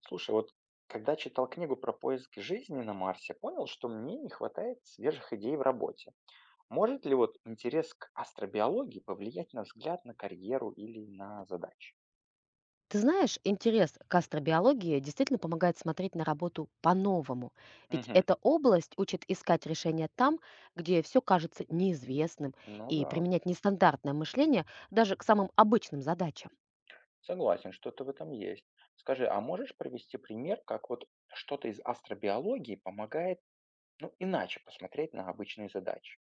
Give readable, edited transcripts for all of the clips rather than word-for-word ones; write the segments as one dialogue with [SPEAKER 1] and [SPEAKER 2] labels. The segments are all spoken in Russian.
[SPEAKER 1] Слушай, вот когда читал книгу про поиски жизни на Марсе, понял, что мне не хватает свежих идей в работе. Может ли вот интерес к астробиологии повлиять на взгляд на карьеру или на задачи?
[SPEAKER 2] Ты знаешь, интерес к астробиологии действительно помогает смотреть на работу по-новому. Ведь
[SPEAKER 1] Угу.
[SPEAKER 2] эта область учит искать решения там, где все кажется неизвестным,
[SPEAKER 1] Ну
[SPEAKER 2] и
[SPEAKER 1] да,
[SPEAKER 2] применять нестандартное мышление даже к самым обычным задачам.
[SPEAKER 1] согласен, что-то в этом есть. Скажи, а можешь привести пример, как вот что-то из астробиологии помогает, ну, иначе посмотреть на обычные задачи?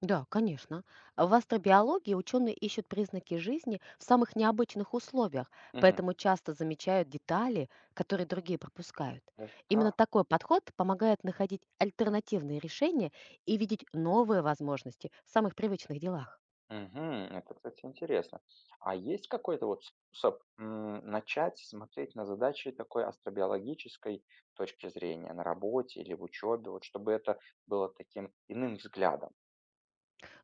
[SPEAKER 2] Да, конечно. В астробиологии ученые ищут признаки жизни в самых необычных условиях,
[SPEAKER 1] Угу.
[SPEAKER 2] поэтому часто замечают детали, которые другие пропускают.
[SPEAKER 1] Даже
[SPEAKER 2] Именно
[SPEAKER 1] так.
[SPEAKER 2] такой подход помогает находить альтернативные решения и видеть новые возможности в самых привычных делах.
[SPEAKER 1] Мгм. Это, кстати, интересно. А есть какой-то вот способ начать смотреть на задачи такой астробиологической точки зрения на работе или в учебе, вот чтобы это было таким иным взглядом?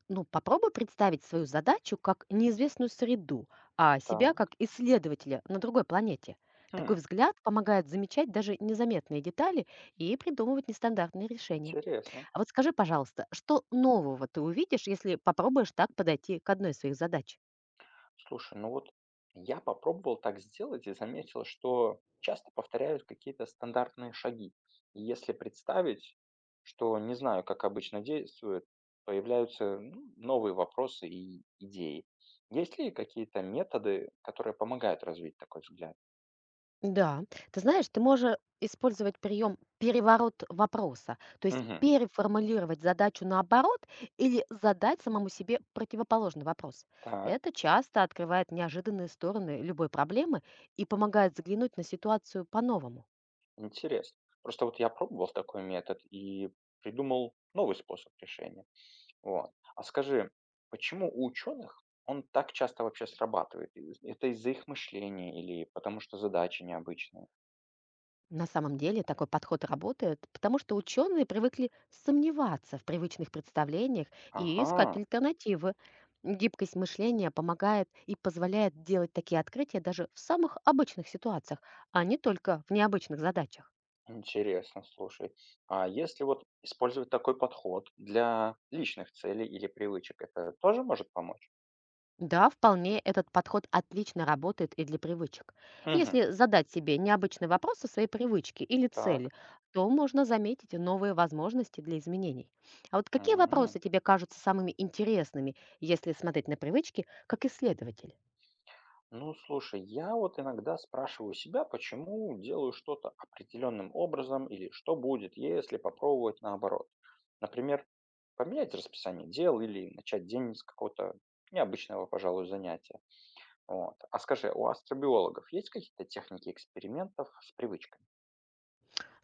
[SPEAKER 2] Ну, попробуй представить свою задачу как неизвестную среду, а себя как
[SPEAKER 1] Так,
[SPEAKER 2] исследователя на другой планете. Такой
[SPEAKER 1] хм,
[SPEAKER 2] взгляд помогает замечать даже незаметные детали и придумывать нестандартные решения.
[SPEAKER 1] интересно.
[SPEAKER 2] А вот скажи, пожалуйста, что нового ты увидишь, если попробуешь так подойти к одной из своих задач?
[SPEAKER 1] Слушай, ну вот я попробовал так сделать и заметил, что часто повторяют какие-то стандартные шаги. И если представить, что не знаю, как обычно действует, появляются ну, новые вопросы и идеи. Есть ли какие-то методы, которые помогают развить такой взгляд?
[SPEAKER 2] Да, ты знаешь, ты можешь использовать прием переворот вопроса, то есть
[SPEAKER 1] Угу.
[SPEAKER 2] переформулировать задачу наоборот или задать самому себе противоположный вопрос.
[SPEAKER 1] Так,
[SPEAKER 2] Это часто открывает неожиданные стороны любой проблемы и помогает взглянуть на ситуацию по-новому.
[SPEAKER 1] интересно. Просто вот я пробовал такой метод и придумал новый способ решения. Вот. А скажи, почему у ученых он так часто вообще срабатывает? Это из-за их мышления или потому что задачи необычные?
[SPEAKER 2] На самом деле такой подход работает, потому что ученые привыкли сомневаться в привычных представлениях и искать
[SPEAKER 1] Ага,
[SPEAKER 2] альтернативы. Гибкость мышления помогает и позволяет делать такие открытия даже в самых обычных ситуациях, а не только в необычных задачах.
[SPEAKER 1] интересно, слушай. А если вот использовать такой подход для личных целей или привычек, это тоже может помочь?
[SPEAKER 2] Да, вполне, этот подход отлично работает и для привычек.
[SPEAKER 1] Угу.
[SPEAKER 2] Если задать себе необычный вопрос о своей привычке или цели,
[SPEAKER 1] Так.
[SPEAKER 2] то можно заметить новые возможности для изменений. А вот какие вопросы
[SPEAKER 1] М.
[SPEAKER 2] тебе кажутся самыми интересными, если смотреть на привычки как исследователь?
[SPEAKER 1] Ну, слушай, я вот иногда спрашиваю себя, почему делаю что-то определенным образом или что будет, если попробовать наоборот. Например, поменять расписание дел или начать день с какого-то необычного, пожалуй, занятия. Вот. А скажи, у астробиологов есть какие-то техники экспериментов с привычками?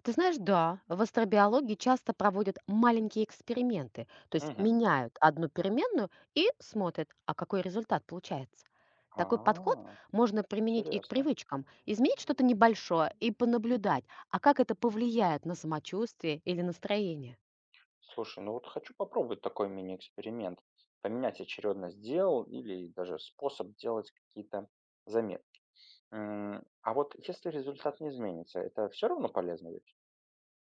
[SPEAKER 2] Ты знаешь, да, в астробиологии часто проводят маленькие эксперименты, то есть
[SPEAKER 1] Угу.
[SPEAKER 2] меняют одну переменную и смотрят, а какой результат получается. Такой подход
[SPEAKER 1] А,
[SPEAKER 2] можно применить и к
[SPEAKER 1] интересно.
[SPEAKER 2] привычкам, изменить что-то небольшое и понаблюдать, а как это повлияет на самочувствие или настроение.
[SPEAKER 1] Слушай, ну вот хочу попробовать такой мини-эксперимент. Поменять очередность дел или даже способ делать какие-то заметки. М, а вот если результат не изменится, это все равно полезно ведь?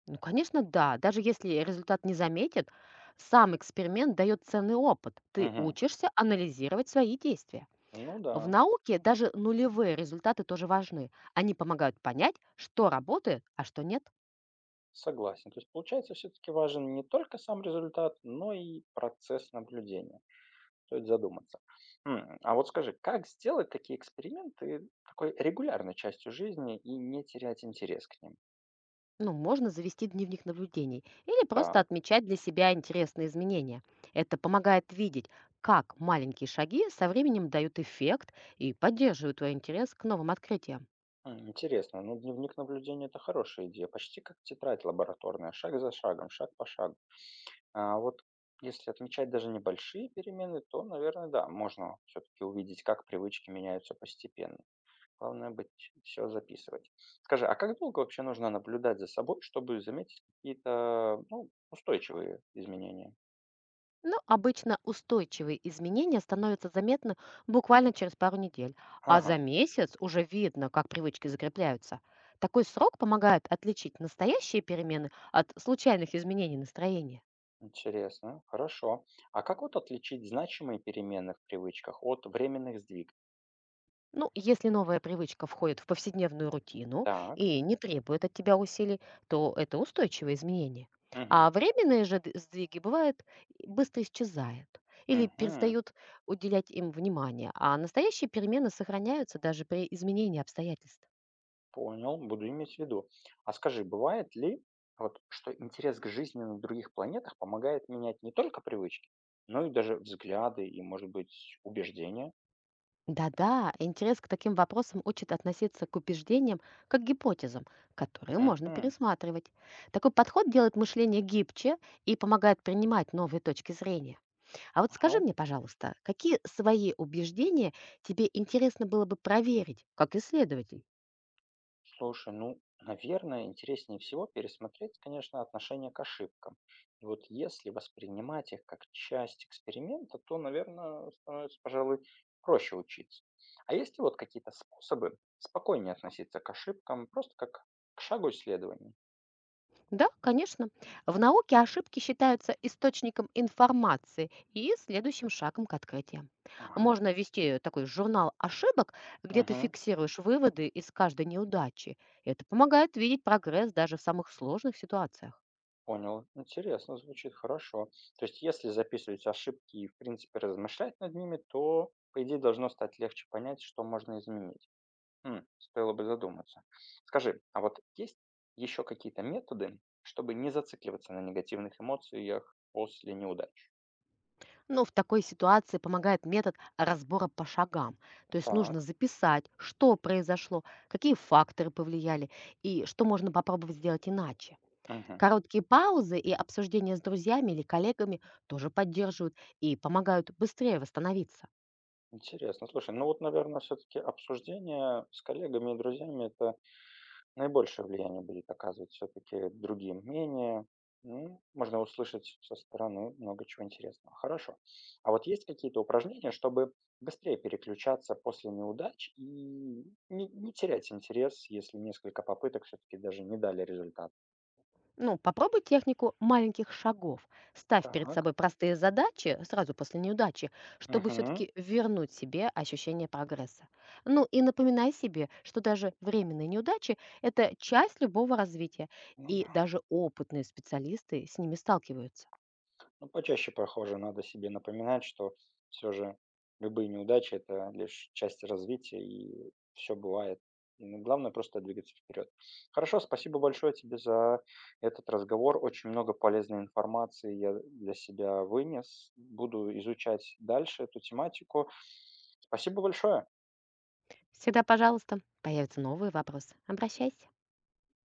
[SPEAKER 2] Ну, конечно, да, даже если результат не заметят, сам эксперимент дает ценный опыт. Ты
[SPEAKER 1] Мгм.
[SPEAKER 2] учишься анализировать свои действия.
[SPEAKER 1] Ну
[SPEAKER 2] В
[SPEAKER 1] да,
[SPEAKER 2] науке даже нулевые результаты тоже важны. Они помогают понять, что работает, а что нет.
[SPEAKER 1] согласен. То есть получается все-таки важен не только сам результат, но и процесс наблюдения. Стоит задуматься. М, а вот скажи, как сделать такие эксперименты такой регулярной частью жизни и не терять интерес к ним?
[SPEAKER 2] Ну, можно завести дневник наблюдений или просто
[SPEAKER 1] Так,
[SPEAKER 2] отмечать для себя интересные изменения. Это помогает видеть, как маленькие шаги со временем дают эффект и поддерживают твой интерес к новым открытиям.
[SPEAKER 1] м, интересно. Ну, дневник наблюдения — это хорошая идея. Почти как тетрадь лабораторная, шаг за шагом, шаг по шагу. А вот если отмечать даже небольшие перемены, то, наверное, да, можно все-таки увидеть, как привычки меняются постепенно. Главное быть, все записывать. Скажи, а как долго вообще нужно наблюдать за собой, чтобы заметить какие-то ну, устойчивые изменения?
[SPEAKER 2] Ну, обычно устойчивые изменения становятся заметны буквально через пару недель, а за
[SPEAKER 1] Ага,
[SPEAKER 2] месяц уже видно, как привычки закрепляются. Такой срок помогает отличить настоящие перемены от случайных изменений настроения.
[SPEAKER 1] интересно, хорошо. А как вот отличить значимые перемены в привычках от временных сдвиг?
[SPEAKER 2] Ну, если новая привычка входит в повседневную рутину
[SPEAKER 1] Так,
[SPEAKER 2] и не требует от тебя усилий, то это устойчивое изменение.
[SPEAKER 1] угу,
[SPEAKER 2] А временные же сдвиги бывают быстро исчезают или
[SPEAKER 1] угу.
[SPEAKER 2] перестают уделять им внимание, а настоящие перемены сохраняются даже при изменении обстоятельств.
[SPEAKER 1] Понял, буду иметь в виду. А скажи, бывает ли, вот, что интерес к жизни на других планетах помогает менять не только привычки, но и даже взгляды и, может быть, убеждения?
[SPEAKER 2] Да-да, интерес к таким вопросам учит относиться к убеждениям как к гипотезам, которые можно
[SPEAKER 1] Угу,
[SPEAKER 2] пересматривать. Такой подход делает мышление гибче и помогает принимать новые точки зрения. А вот скажи
[SPEAKER 1] понял.
[SPEAKER 2] мне, пожалуйста, какие свои убеждения тебе интересно было бы проверить, как исследователь?
[SPEAKER 1] Слушай, ну, наверное, интереснее всего пересмотреть, конечно, отношение к ошибкам. И вот если воспринимать их как часть эксперимента, то, наверное, становится, пожалуй, проще учиться. А есть ли вот какие-то способы спокойнее относиться к ошибкам, просто как к шагу исследования?
[SPEAKER 2] Да, конечно. В науке ошибки считаются источником информации и следующим шагом к открытиям.
[SPEAKER 1] Ага.
[SPEAKER 2] Можно вести такой журнал ошибок, где ты
[SPEAKER 1] Мгм.
[SPEAKER 2] фиксируешь выводы из каждой неудачи. Это помогает видеть прогресс даже в самых сложных ситуациях.
[SPEAKER 1] Понял. Интересно звучит, хорошо. То есть, если записывать ошибки и, в принципе, размышлять над ними, то, по идее, должно стать легче понять, что можно изменить. М, стоило бы задуматься. Скажи, а вот есть еще какие-то методы, чтобы не зацикливаться на негативных эмоциях после неудач?
[SPEAKER 2] Но в такой ситуации помогает метод разбора по шагам. То есть нужно
[SPEAKER 1] Так.
[SPEAKER 2] записать, что произошло, какие факторы повлияли и что можно попробовать сделать иначе.
[SPEAKER 1] Мгм.
[SPEAKER 2] Короткие паузы и обсуждения с друзьями или коллегами тоже поддерживают и помогают быстрее восстановиться.
[SPEAKER 1] Интересно. Слушай, ну вот, наверное, все-таки обсуждение с коллегами и друзьями это наибольшее влияние будет оказывать все-таки другие мнения. Ну, можно услышать со стороны много чего интересного. Хорошо. А вот есть какие-то упражнения, чтобы быстрее переключаться после неудач и не терять интерес, если несколько попыток все-таки даже не дали результат?
[SPEAKER 2] Ну, попробуй технику маленьких шагов. Ставь перед
[SPEAKER 1] Так.
[SPEAKER 2] собой простые задачи сразу после неудачи, чтобы
[SPEAKER 1] Мгм.
[SPEAKER 2] все-таки вернуть себе ощущение прогресса. Ну и напоминай себе, что даже временные неудачи– это часть любого развития, и даже опытные специалисты с ними сталкиваются.
[SPEAKER 1] Ну, почаще, похоже, надо себе напоминать, что все же любые неудачи — это лишь часть развития, и все бывает. Ну, главное просто двигаться вперед. Хорошо, спасибо большое тебе за этот разговор. Очень много полезной информации я для себя вынес. Буду изучать дальше эту тематику. Спасибо большое.
[SPEAKER 2] Всегда, пожалуйста, появятся новые вопросы. Обращайся.